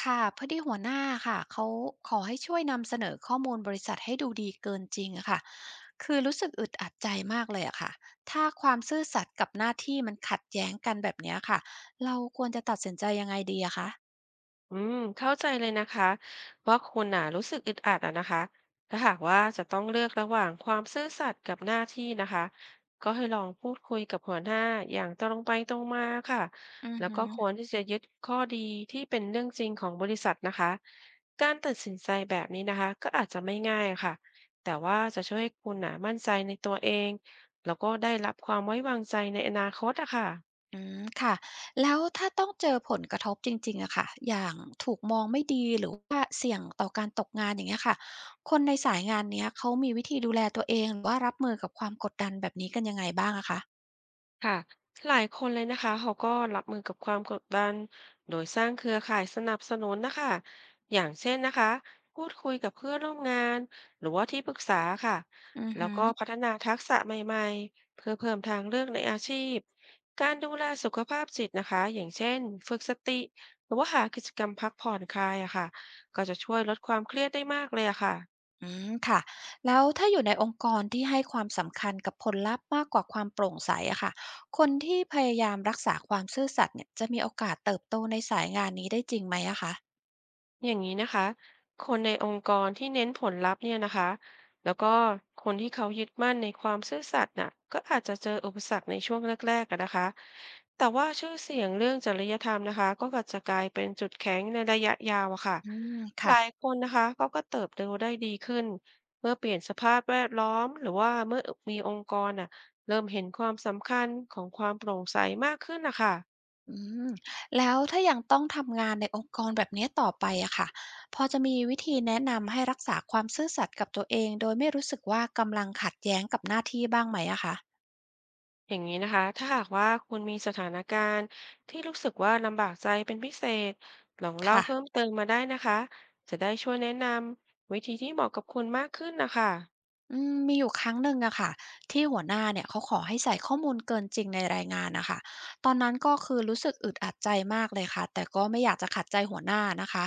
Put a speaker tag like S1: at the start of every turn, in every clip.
S1: ค่ะพอดีหัวหน้าค่ะเขาขอให้ช่วยนำเสนอข้อมูลบริษัทให้ดูดีเกินจริงอะค่ะคือรู้สึกอึดอัดใจมากเลยอะค่ะถ้าความซื่อสัตย์กับหน้าที่มันขัดแย้งกันแบบเนี้ยค่ะเราควรจะตัดสินใจยังไงดีอะคะ
S2: อืมเข้าใจเลยนะคะว่าคุณน่ะรู้สึกอึดอัดอะนะคะถ้าหากว่าจะต้องเลือกระหว่างความซื่อสัตย์กับหน้าที่นะคะก็ให้ลองพูดคุยกับหัวหน้าอย่างตรงไปตรงมาค่ะ
S1: อือ
S2: แล้ว
S1: หื
S2: ก็
S1: อ
S2: ควรที่จะยึดข้อดีที่เป็นเรื่องจริงของบริษัทนะคะการตัดสินใจแบบนี้นะคะก็อาจจะไม่ง่ายค่ะแต่ว่าจะช่วยให้คุณน่ะมั่นใจในตัวเองแล้วก็ได้รับความไว้วางใจในอนาคตอะค่ะ
S1: อืมค่ะแล้วถ้าต้องเจอผลกระทบจริงๆอะค่ะอย่างถูกมองไม่ดีหรือว่าเสี่ยงต่อการตกงานอย่างเงี้ยค่ะคนในสายงานเนี้ยเขามีวิธีดูแลตัวเองหรือว่ารับมือกับความกดดันแบบนี้กันยังไงบ้างอะคะ
S2: ค่ะหลายคนเลยนะคะเขาก็รับมือกับความกดดันโดยสร้างเครือข่ายสนับสนุนนะคะอย่างเช่นนะคะพูดคุยกับเพื่อนร่วมงานหรือว่าที่ปรึกษาค่ะ
S1: อือ
S2: แล้ว
S1: หือ
S2: ก็พัฒนาทักษะใหม่ๆเพื่อเพิ่มทางเลือกในอาชีพการดูแลสุขภาพจิตนะคะอย่างเช่นฝึกสติหรือว่าหากิจกรรมพักผ่อนคลายอะค่ะก็จะช่วยลดความเครียดได้มากเลยอะค่ะ
S1: อืมค่ะแล้วถ้าอยู่ในองค์กรที่ให้ความสำคัญกับผลลัพธ์มากกว่าความโปร่งใสอะค่ะคนที่พยายามรักษาความซื่อสัตย์เนี่ยจะมีโอกาสเติบโตในสายงานนี้ได้จริงไหมอะคะ
S2: อย่างนี้นะคะ คนในองค์กรที่เน้นผลลัพธ์เนี่ยนะคะ แล้วก็คนที่เขายึดมั่นในความซื่อสัตย์น่ะก็อาจจะเจออุปสรรคในช่วงแรกๆอะนะคะ แต่ว่าชื่อเสียงเรื่องจริยธรรมนะคะก็อาจจะกลายเป็นจุดแข็งในระยะยาวอะค่ะ
S1: อืม
S2: ห
S1: ค่ะ
S2: ลายคนนะคะเขาก็เติบโตได้ดีขึ้น เมื่อเปลี่ยนสภาพแวดล้อมหรือว่าเมื่อมีองค์กรน่ะเริ่มเห็นความสำคัญของความโปร่งใสมากขึ้นนะคะ
S1: อืมแล้วถ้ายังต้องทำงานในองค์กรแบบนี้ต่อไปอะค่ะพอจะมีวิธีแนะนำให้รักษาความซื่อสัตย์กับตัวเองโดยไม่รู้สึกว่ากำลังขัดแย้งกับหน้าที่บ้างไหมอะคะ
S2: อย่างนี้นะคะ ถ้าหากว่าคุณมีสถานการณ์ที่รู้สึกว่าลำบากใจเป็นพิเศษ ลองเล่า
S1: ค่ะ
S2: เพิ่มเติมมาได้นะคะ จะได้ช่วยแนะนำวิธีที่เหมาะกับคุณมากขึ้นนะคะ
S1: อืมมีอยู่ครั้งหนึ่งอะค่ะที่หัวหน้าเนี่ยเขาขอให้ใส่ข้อมูลเกินจริงในรายงานนะคะตอนนั้นก็คือรู้สึกอึดอัดใจมากเลยค่ะแต่ก็ไม่อยากจะขัดใจหัวหน้านะคะ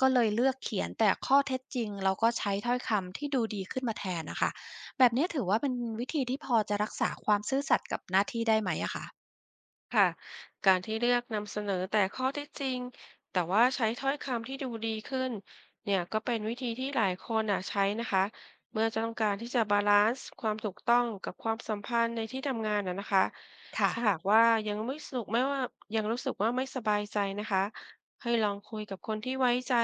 S1: ก็เลยเลือกเขียนแต่ข้อเท็จจริงแล้วก็ใช้ถ้อยคำที่ดูดีขึ้นมาแทนนะคะแบบนี้ถือว่าเป็นวิธีที่พอจะรักษาความซื่อสัตย์กับหน้าที่ได้ไหมอะคะ
S2: ค่ะการที่เลือกนำเสนอแต่ข้อเท็จจริงแต่ว่าใช้ถ้อยคำที่ดูดีขึ้นเนี่ยก็เป็นวิธีที่หลายคนอ่ะใช้นะคะเมื่อจะต้องการที่จะบาลานซ์ความถูกต้องกับความสัมพันธ์ในที่ทำงานนะนะคะ
S1: ค่ะ
S2: ถ้าหากว่ายังไม่สุขไม่ว่ายังรู้สึกว่าไม่สบายใจนะคะให้ลองคุยกับคนที่ไว้ใจ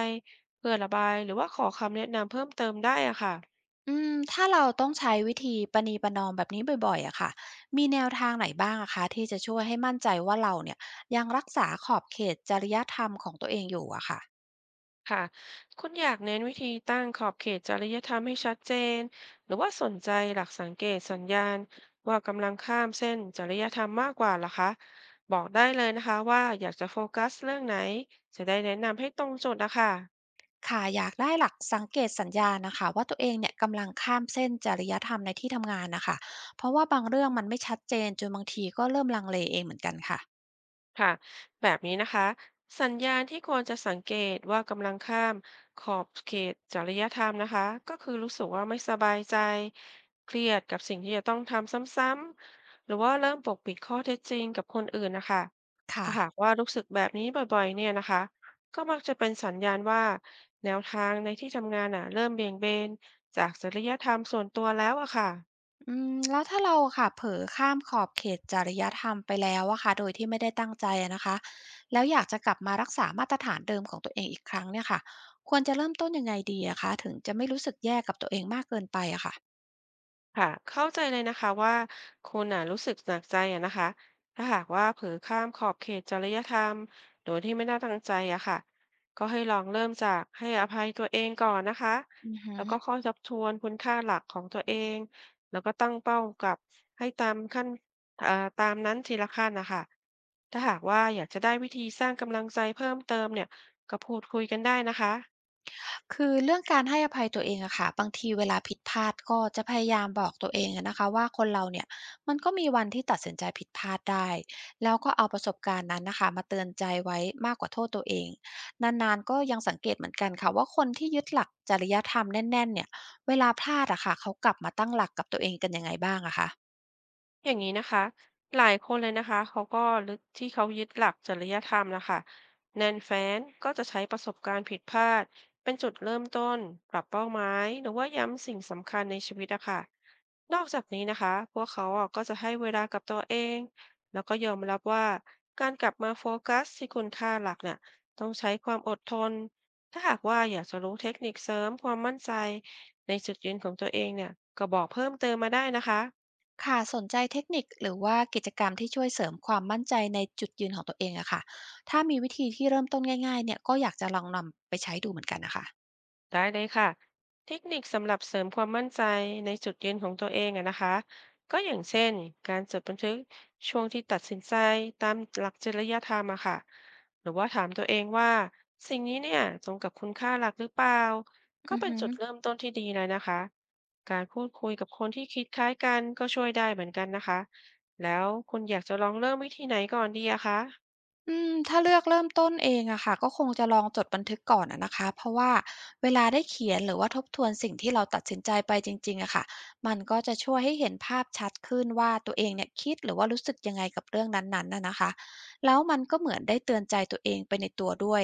S2: เพื่อระบายหรือว่าขอคำแนะนำเพิ่มเติมได้อะค่ะ
S1: อืมถ้าเราต้องใช้วิธีประนีประนอมแบบนี้บ่อยๆอะค่ะมีแนวทางไหนบ้างอะคะที่จะช่วยให้มั่นใจว่าเราเนี่ยยังรักษาขอบเขตจริยธรรมของตัวเองอยู่อะค่ะ
S2: ค่ะคุณอยากเน้นวิธีตั้งขอบเขตจริยธรรมให้ชัดเจนหรือว่าสนใจหลักสังเกตสัญญาณว่ากำลังข้ามเส้นจริยธรรมมากกว่าเหรอคะบอกได้เลยนะคะว่าอยากจะโฟกัสเรื่องไหนจะได้แนะนำให้ตรงจุดนะคะ
S1: ค่ะอยากได้หลักสังเกตสัญญาณนะคะว่าตัวเองเนี่ยกำลังข้ามเส้นจริยธรรมในที่ทำงานนะคะเพราะว่าบางเรื่องมันไม่ชัดเจนจนบางทีก็เริ่มลังเลเองเหมือนกันค่ะ
S2: ค่ะแบบนี้นะคะสัญญาณที่ควรจะสังเกตว่ากำลังข้ามขอบเขตจริยธรรมนะคะก็คือรู้สึกว่าไม่สบายใจเครียดกับสิ่งที่จะต้องทำซ้ำๆหรือว่าเริ่มปกปิดข้อเท็จจริงกับคนอื่นนะคะ
S1: ค่ะ
S2: ถ้าหากว่ารู้สึกแบบนี้บ่อยๆเนี่ยนะคะก็มักจะเป็นสัญญาณว่าแนวทางในที่ทำงานอ่ะเริ่มเบี่ยงเบนจากจริยธรรมส่วนตัวแล้วอะค่ะ
S1: อืมแล้วถ้าเราค่ะเผลอข้ามขอบเขตจริยธรรมไปแล้วอะค่ะโดยที่ไม่ได้ตั้งใจอะนะคะแล้วอยากจะกลับมารักษามาตรฐานเดิมของตัวเองอีกครั้งเนี่ยค่ะควรจะเริ่มต้นยังไงดีอะคะถึงจะไม่รู้สึกแย่กับตัวเองมากเกินไปอะค่ะ
S2: ค่ะเข้าใจเลยนะคะว่าคุณน่ะรู้สึกหนักใจอะนะคะถ้าหากว่าเผลอข้ามขอบเขตจริยธรรมโดยที่ไม่ได้ตั้งใจอะค่ะก็ให้ลองเริ่มจากให้อภัยตัวเองก่อนนะคะ
S1: อือฮึ
S2: แล้วก็ค่อยทบทวนคุณค่าหลักของตัวเองแล้วก็ตั้งเป้ากับให้ตามนั้นทีละขั้นนะคะถ้าหากว่าอยากจะได้วิธีสร้างกำลังใจเพิ่มเติมเนี่ยก็พูดคุยกันได้นะคะ
S1: คือเรื่องการให้อภัยตัวเองอะค่ะบางทีเวลาผิดพลาดก็จะพยายามบอกตัวเองอะนะคะว่าคนเราเนี่ยมันก็มีวันที่ตัดสินใจผิดพลาดได้แล้วก็เอาประสบการณ์นั้นนะคะมาเตือนใจไว้มากกว่าโทษตัวเองนานๆก็ยังสังเกตเหมือนกันค่ะว่าคนที่ยึดหลักจริยธรรมแน่นๆเนี่ยเวลาพลาดอะค่ะเขากลับมาตั้งหลักกับตัวเองกันยังไงบ้างอะคะ
S2: อย่างนี้นะคะหลายคนเลยนะคะเขาก็ลึกที่เขายึดหลักจริยธรรมนะคะแนนแฟนก็จะใช้ประสบการณ์ผิดพลาดเป็นจุดเริ่มต้นปรับเป้าหมายหรือว่าย้ำสิ่งสำคัญในชีวิตอะค่ะนอกจากนี้นะคะพวกเขาอะก็จะให้เวลากับตัวเองแล้วก็ยอมรับว่าการกลับมาโฟกัสที่คุณค่าหลักเนี่ยต้องใช้ความอดทนถ้าหากว่าอยากจะรู้เทคนิคเสริมความมั่นใจในจุดยืนของตัวเองเนี่ยก็บอกเพิ่มเติมมาได้นะคะ
S1: ค่ะสนใจเทคนิคหรือว่ากิจกรรมที่ช่วยเสริมความมั่นใจในจุดยืนของตัวเองอะค่ะถ้ามีวิธีที่เริ่มต้นง่ายๆเนี่ยก็อยากจะลองนำไปใช้ดูเหมือนกันนะคะ
S2: ได้เลยค่ะเทคนิคสำหรับเสริมความมั่นใจในจุดยืนของตัวเองอะนะคะก็อย่างเช่นการจดบันทึกช่วงที่ตัดสินใจตามหลักจริยธรรมอะค่ะหรือว่าถามตัวเองว่าสิ่งนี้เนี่ยตรงกับคุณค่าหลักหรือเปล่าก็
S1: อือ
S2: เป็น
S1: ฮึ
S2: จุดเริ่มต้นที่ดีเลยนะคะการพูดคุยกับคนที่คิดคล้ายกันก็ช่วยได้เหมือนกันนะคะแล้วคุณอยากจะลองเริ่มวิธีไหนก่อนดีอะคะ
S1: อืมถ้าเลือกเริ่มต้นเองอะค่ะก็คงจะลองจดบันทึกก่อนอะนะคะเพราะว่าเวลาได้เขียนหรือว่าทบทวนสิ่งที่เราตัดสินใจไปจริงๆอะค่ะมันก็จะช่วยให้เห็นภาพชัดขึ้นว่าตัวเองเนี่ยคิดหรือว่ารู้สึกยังไงกับเรื่องนั้นๆน่ะนะคะแล้วมันก็เหมือนได้เตือนใจตัวเองไปในตัวด้วย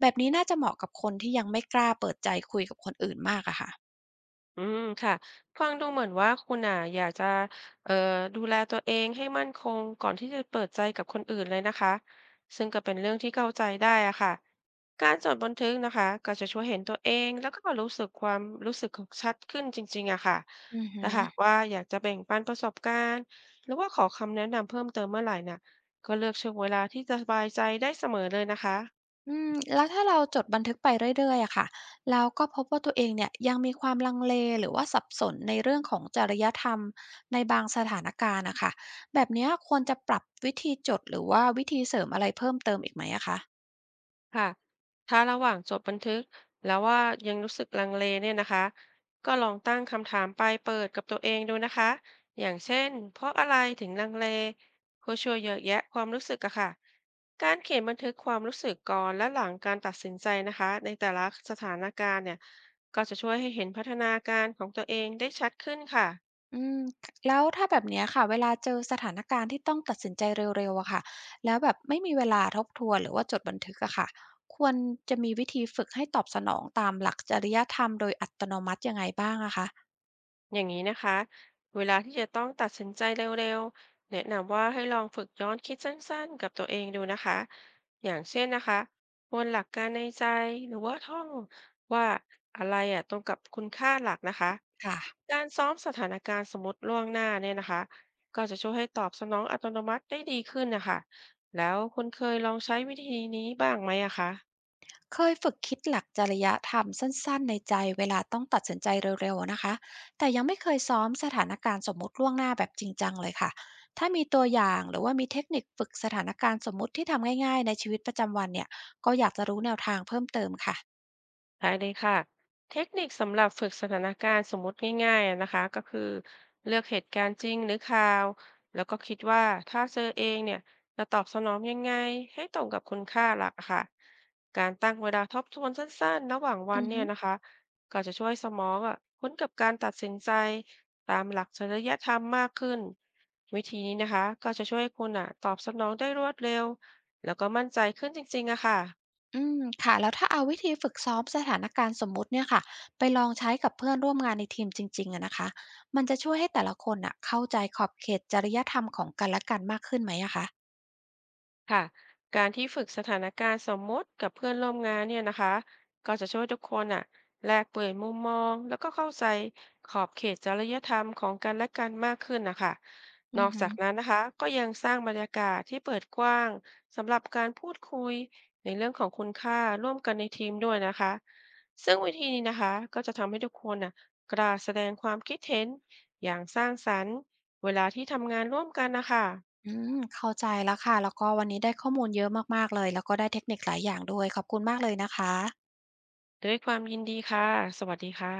S1: แบบนี้น่าจะเหมาะกับคนที่ยังไม่กล้าเปิดใจคุยกับคนอื่นมากอะค่ะ
S2: อืมค่ะฟังดูเหมือนว่าคุณอ่ะอยากจะเอ่อดูแลตัวเองให้มั่นคงก่อนที่จะเปิดใจกับคนอื่นเลยนะคะซึ่งก็เป็นเรื่องที่เข้าใจได้อะค่ะการจดบันทึกนะคะก็จะช่วยเห็นตัวเองแล้วก็รู้สึกความรู้สึกของชัดขึ้นจริงๆอะค่ะ
S1: อือฮึ
S2: ถ้าหากว่าอยากจะแบ่งปันประสบการณ์หรือว่าขอคำแนะนำเพิ่มเติมเมื่อไหร่น่ะก็เลือกช่วงเวลาที่จะสบายใจได้เสมอเลยนะคะ
S1: อืมแล้วถ้าเราจดบันทึกไปเรื่อยๆอะค่ะแล้วก็พบว่าตัวเองเนี่ยยังมีความลังเลหรือว่าสับสนในเรื่องของจริยธรรมในบางสถานการณ์น่ะคะแบบเนี้ยควรจะปรับวิธีจดหรือว่าวิธีเสริมอะไรเพิ่มเติมอีกไหมอะคะ
S2: ค่ะถ้าระหว่างจดบันทึกแล้วว่ายังรู้สึกลังเลเนี่ยนะคะ ก็ลองตั้งคำถามปลายเปิดกับตัวเองดูนะคะ อย่างเช่นเพราะอะไรถึงลังเลก็ช่วยเยอะแยะความรู้สึกอะค่ะ การเขียนบันทึกความรู้สึกก่อนและหลังการตัดสินใจนะคะในแต่ละสถานการณ์เนี่ยก็จะช่วยให้เห็นพัฒนาการของตัวเองได้ชัดขึ้นค่ะ
S1: อืมแล้วถ้าแบบเนี้ยค่ะเวลาเจอสถานการณ์ที่ต้องตัดสินใจเร็วๆอะค่ะแล้วแบบไม่มีเวลาทบทวนหรือว่าจดบันทึกอะค่ะควรจะมีวิธีฝึกให้ตอบสนองตามหลักจริยธรรมโดยอัตโนมัติยังไงบ้างอะคะ
S2: อย่างนี้นะคะเวลาที่จะต้องตัดสินใจเร็วๆแนะนำว่าให้ลองฝึกย้อนคิดสั้นๆกับตัวเองดูนะคะอย่างเช่นนะคะวนหลักการในใจหรือว่าท่องว่าอะไรอ่ะตรงกับคุณค่าหลักนะคะ
S1: ค่ะ
S2: การซ้อมสถานการณ์สมมติล่วงหน้าเนี่ยนะคะก็จะช่วยให้ตอบสนองอัตโนมัติได้ดีขึ้นนะคะแล้วคุณเคยลองใช้วิธีนี้บ้างไหมอะคะ
S1: เคยฝึกคิดหลักจริยธรรมสั้นๆในใจเวลาต้องตัดสินใจเร็วๆนะคะแต่ยังไม่เคยซ้อมสถานการณ์สมมุติล่วงหน้าแบบจริงจังเลยค่ะ ถ้ามีตัวอย่างหรือว่ามีเทคนิคฝึกสถานการณ์สมมุติที่ทำง่ายๆ ในชีวิตประจำวันเนี่ย ก็อยากจะรู้แนวทางเพิ่มเติมค่ะ
S2: ได้เลยค่ะเทคนิคสำหรับฝึกสถานการณ์สมมุติง่ายๆอะนะคะก็คือเลือกเหตุการณ์จริงหรือข่าวแล้วก็คิดว่าถ้าเจอเองเนี่ยจะตอบสนองยังไงให้ตรงกับคุณค่าหลักอะค่ะการตั้งเวลาทบทวนสั้นๆระหว่างวั
S1: อื
S2: น
S1: อ
S2: เนี่
S1: ฮึ
S2: ยนะคะก็จะช่วยสมองอ่ะคุ้นกับการตัดสินใจตามหลักจริยธรรมมากขึ้นวิธีนี้นะคะก็จะช่วยให้คุณอ่ะตอบสนองได้รวดเร็วแล้วก็มั่นใจขึ้นจริงๆอะค่ะ
S1: อืมค่ะแล้วถ้าเอาวิธีฝึกซ้อมสถานการณ์สมมุติเนี่ยค่ะไปลองใช้กับเพื่อนร่วมงานในทีมจริงๆอะนะคะมันจะช่วยให้แต่ละคนอะเข้าใจขอบเขตจริยธรรมของกันและกันมากขึ้นไหมอะคะ
S2: ค่ะการที่ฝึกสถานการณ์สมมติกับเพื่อนร่วมงานเนี่ยนะคะก็จะช่วยทุกคนอ่ะแลกเปลี่ยนมุมมองแล้วก็เข้าใจขอบเขตจริยธรรมของกันและกันมากขึ้นนะคะ
S1: อื
S2: น
S1: อ
S2: อก
S1: ฮึ
S2: จากนั้นนะคะก็ยังสร้างบรรยากาศที่เปิดกว้างสำหรับการพูดคุยในเรื่องของคุณค่าร่วมกันในทีมด้วยนะคะซึ่งวิธีนี้นะคะก็จะทำให้ทุกคนน่ะกล้าแสดงความคิดเห็นอย่างสร้างสรรค์เวลาที่ทำงานร่วมกันนะคะ
S1: อืมเข้าใจแล้วค่ะแล้วก็วันนี้ได้ข้อมูลเยอะมากๆเลยแล้วก็ได้เทคนิคหลายอย่างด้วยขอบคุณมากเลยนะคะ
S2: ด้วยความยินดีค่ะ สวัสดีค่ะ